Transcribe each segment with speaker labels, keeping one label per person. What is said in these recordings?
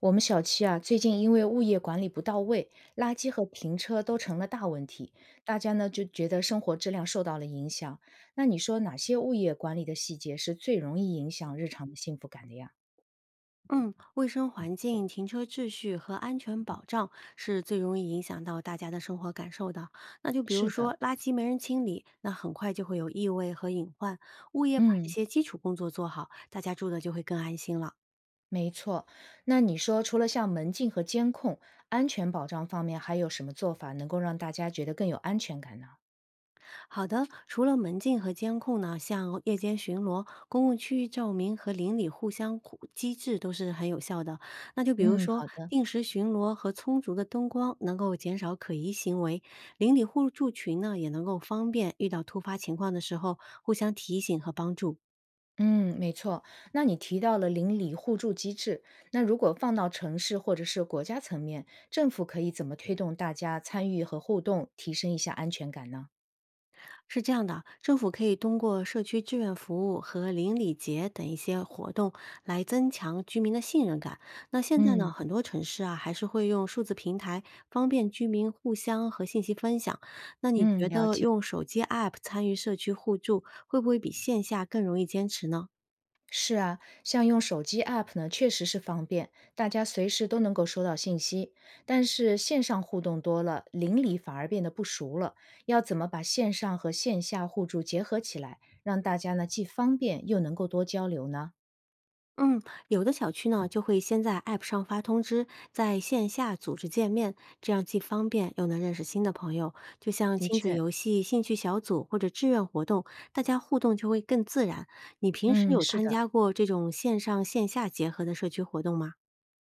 Speaker 1: 我们小区啊，最近因为物业管理不到位，垃圾和停车都成了大问题，大家呢就觉得生活质量受到了影响。那你说哪些物业管理的细节是最容易影响日常的幸福感的呀？
Speaker 2: 嗯，卫生环境、停车秩序和安全保障是最容易影响到大家的生活感受的。那就比如
Speaker 1: 是
Speaker 2: 说，
Speaker 1: 的。
Speaker 2: 垃圾没人清理，那很快就会有异味和隐患。物业把这
Speaker 1: 嗯，
Speaker 2: 些基础工作做好，大家住的就会更安心了。
Speaker 1: 没错。那你说除了像门禁和监控、安全保障方面，还有什么做法能够让大家觉得更有安全感呢？
Speaker 2: 好的，除了门禁和监控呢，像夜间巡逻、公共区域照明和邻里互相互机制都是很有效的。那就比如
Speaker 1: 嗯，
Speaker 2: 说，
Speaker 1: 好的。
Speaker 2: 定时巡逻和充足的灯光能够减少可疑行为，邻里互助群呢也能够方便遇到突发情况的时候互相提醒和帮助。
Speaker 1: 嗯，没错。那你提到了邻里互助机制，那如果放到城市或者是国家层面，政府可以怎么推动大家参与和互动，提升一下安全感呢？
Speaker 2: 是这样的，政府可以通过社区志愿服务和邻里节等一些活动来增强居民的信任感。那现在呢，
Speaker 1: 嗯
Speaker 2: 很多城市啊还是会用数字平台，方便居民互相和信息分享。那你觉
Speaker 1: 嗯，了
Speaker 2: 得
Speaker 1: 解。
Speaker 2: 用手机 App 参与社区互助，会不会比线下更容易坚持呢？
Speaker 1: 是啊，像用手机 app 呢，确实是方便，大家随时都能够收到信息。但是线上互动多了，邻里反而变得不熟了。要怎么把线上和线下互助结合起来，让大家呢既方便又能够多交流呢？
Speaker 2: 嗯，有的小区呢就会先在 App 上发通知，在线下组织见面，这样既方便又能认识新的朋友。就像
Speaker 1: 的
Speaker 2: 亲子
Speaker 1: 确，
Speaker 2: 游戏、兴趣小组或者志愿活动，大家互动就会更自然。你平时
Speaker 1: 嗯，
Speaker 2: 有
Speaker 1: 是
Speaker 2: 参
Speaker 1: 的。
Speaker 2: 加过这种线上线下结合的社区活动吗？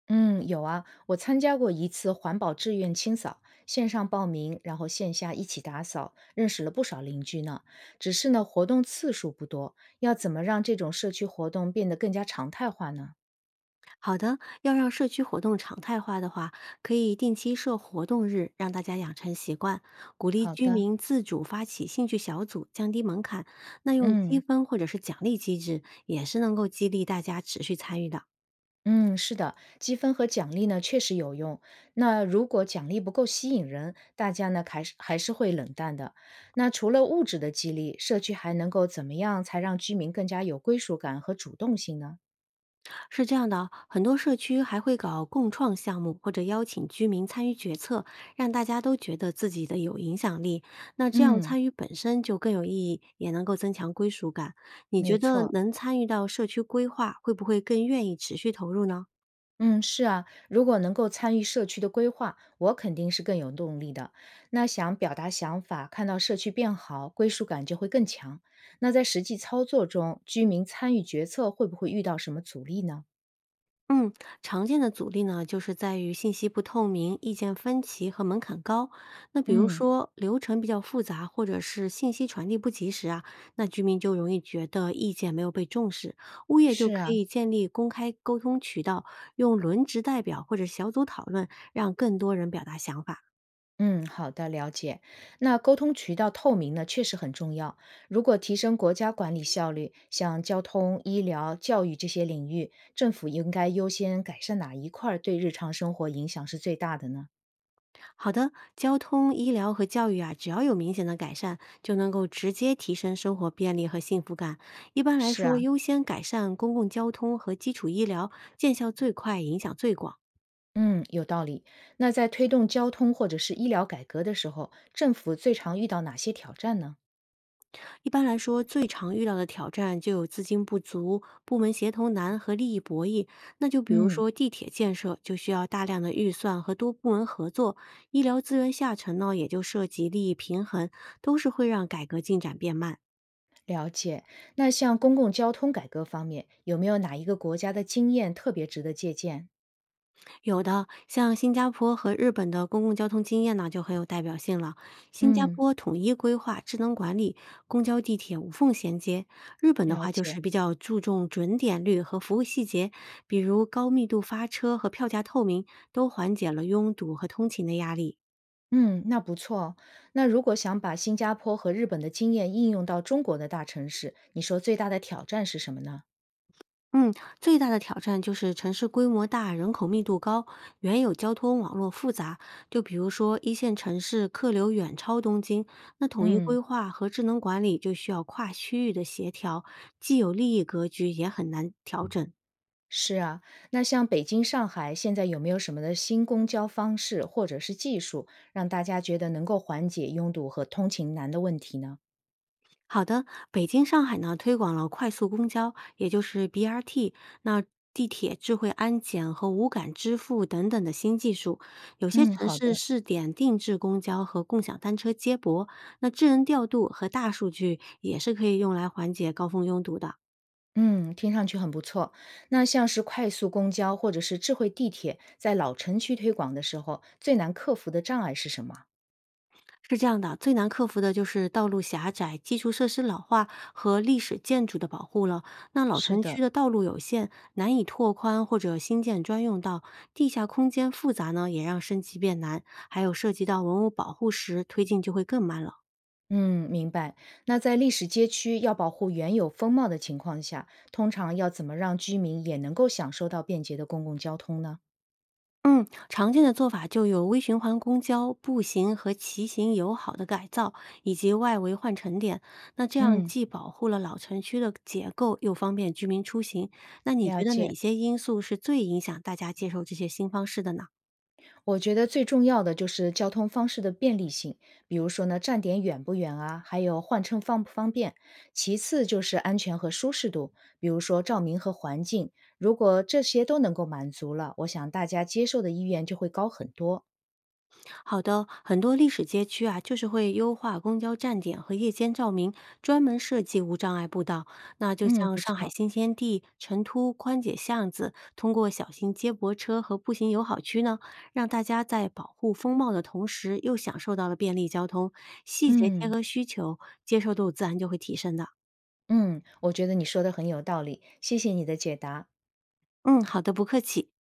Speaker 1: 嗯，有啊，我参加过一次环保志愿清扫，线上报名，然后线下一起打扫，认识了不少邻居呢。只是呢，活动次数不多，要怎么让这种社区活动变得更加常态化呢？
Speaker 2: 好的，要让社区活动常态化的话，可以定期设活动日，让大家养成习惯，鼓励
Speaker 1: 好
Speaker 2: 居
Speaker 1: 的。
Speaker 2: 民自主发起兴趣小组，降低门槛。那用积
Speaker 1: 嗯
Speaker 2: 分或者是奖励机制，也是能够激励大家持续参与的。
Speaker 1: 嗯，是的，积分和奖励呢确实有用。那如果奖励不够吸引人，大家呢还是会冷淡的。那除了物质的激励，社区还能够怎么样才让居民更加有归属感和主动性呢？
Speaker 2: 是这样的哦，很多社区还会搞共创项目，或者邀请居民参与决策，让大家都觉得自己的有影响力。那这样
Speaker 1: 嗯，
Speaker 2: 参与本身就更有意义，也能够增强归属感。你
Speaker 1: 没
Speaker 2: 觉得
Speaker 1: 错。
Speaker 2: 能参与到社区规划，会不会更愿意持续投入呢？
Speaker 1: 嗯，是啊，如果能够参与社区的规划，我肯定是更有动力的。那想表达想法，看到社区变好，归属感就会更强。那在实际操作中，居民参与决策会不会遇到什么阻力呢？
Speaker 2: 嗯，常见的阻力呢，就是在于信息不透明、意见分歧和门槛高。那比如
Speaker 1: 嗯，
Speaker 2: 说流程比较复杂，或者是信息传递不及时啊，那居民就容易觉得意见没有被重视。物业就
Speaker 1: 是
Speaker 2: 可
Speaker 1: 啊。
Speaker 2: 以建立公开沟通渠道，用轮值代表或者小组讨论，让更多人表达想法。
Speaker 1: 嗯，好的，了解。那沟通渠道透明呢，确实很重要。如果提升国家管理效率，像交通、医疗、教育这些领域，政府应该优先改善哪一块儿对日常生活影响是最大的呢？
Speaker 2: 好的，交通、医疗和教育啊，只要有明显的改善，就能够直接提升生活便利和幸福感。一般来
Speaker 1: 是
Speaker 2: 说，
Speaker 1: 啊。
Speaker 2: 优先改善公共交通和基础医疗，见效最快，影响最广。
Speaker 1: 嗯，有道理。那在推动交通或者是医疗改革的时候，政府最常遇到哪些挑战呢？
Speaker 2: 一般来说，最常遇到的挑战就有资金不足、部门协同难和利益博弈。那就比如
Speaker 1: 嗯，
Speaker 2: 说地铁建设，就需要大量的预算和多部门合作；医疗资源下沉呢，也就涉及利益平衡，都是会让改革进展变慢。
Speaker 1: 了解。那像公共交通改革方面，有没有哪一个国家的经验特别值得借鉴？
Speaker 2: 有的，像新加坡和日本的公共交通经验呢，就很有代表性了。新加
Speaker 1: 嗯，
Speaker 2: 坡统一规划、智能管理，公交、地铁无缝衔接；日本的
Speaker 1: 了
Speaker 2: 话就
Speaker 1: 解。
Speaker 2: 是比较注重准点率和服务细节，比如高密度发车和票价透明，都缓解了拥堵和通勤的压力。
Speaker 1: 嗯，那不错哦。那如果想把新加坡和日本的经验应用到中国的大城市，你说最大的挑战是什么呢？
Speaker 2: 嗯，最大的挑战就是城市规模大、人口密度高，原有交通网络复杂。就比如说一线城市客流远超东京，那统一
Speaker 1: 嗯。
Speaker 2: 规划和智能管理就需要跨区域的协调，既有利益格局，也很难调整。
Speaker 1: 是啊，那像北京、上海现在有没有什么的新公交方式或者是技术，让大家觉得能够缓解拥堵和通勤难的问题呢？
Speaker 2: 好的，北京、上海呢推广了快速公交，也就是 BRT，那地铁、智慧安检和无感支付等等的新技术。有些
Speaker 1: 嗯，
Speaker 2: 城
Speaker 1: 好
Speaker 2: 市
Speaker 1: 的。
Speaker 2: 试点定制公交和共享单车接驳，那智能调度和大数据也是可以用来缓解高峰拥堵的。
Speaker 1: 嗯，听上去很不错。那像是快速公交或者是智慧地铁，在老城区推广的时候，最难克服的障碍是什么？
Speaker 2: 是这样的，最难克服的就是道路狭窄、基础设施老化和历史建筑的保护了。那老
Speaker 1: 是
Speaker 2: 城区
Speaker 1: 的。
Speaker 2: 的道路有限，难以拓宽或者新建专用道，地下空间复杂呢，也让升级变难。还有涉及到文物保护时，推进就会更慢了。
Speaker 1: 嗯，明白。那在历史街区要保护原有风貌的情况下，通常要怎么让居民也能够享受到便捷的公共交通呢？
Speaker 2: 嗯，常见的做法就有微循环公交、步行和骑行友好的改造，以及外围换乘点。那这样
Speaker 1: 嗯，
Speaker 2: 既保护了老城区的结构，又方便居民出行。那你
Speaker 1: 了
Speaker 2: 觉得哪
Speaker 1: 解。
Speaker 2: 些因素是最影响大家接受这些新方式的呢？
Speaker 1: 我觉得最重要的就是交通方式的便利性，比如说呢，站点远不远啊，还有换乘方不方便。其次就是安全和舒适度，比如说照明和环境。如果这些都能够满足了，我想大家接受的意愿就会高很多。
Speaker 2: 好的，很多历史街区啊，就是会优化公交站点和夜间照明，专门设计无障碍步道。那就
Speaker 1: 嗯，
Speaker 2: 像
Speaker 1: 不
Speaker 2: 上海
Speaker 1: 错。
Speaker 2: 新天地、成都宽窄巷子，通过小型接驳车和步行友好区呢，让大家在保护风貌的同时，又享受到了便利交通，细节贴
Speaker 1: 嗯
Speaker 2: 合需求，接受度自然就会提升的。
Speaker 1: 嗯，我觉得你说的很有道理，谢谢你的解答。
Speaker 2: 嗯，好的，不客气。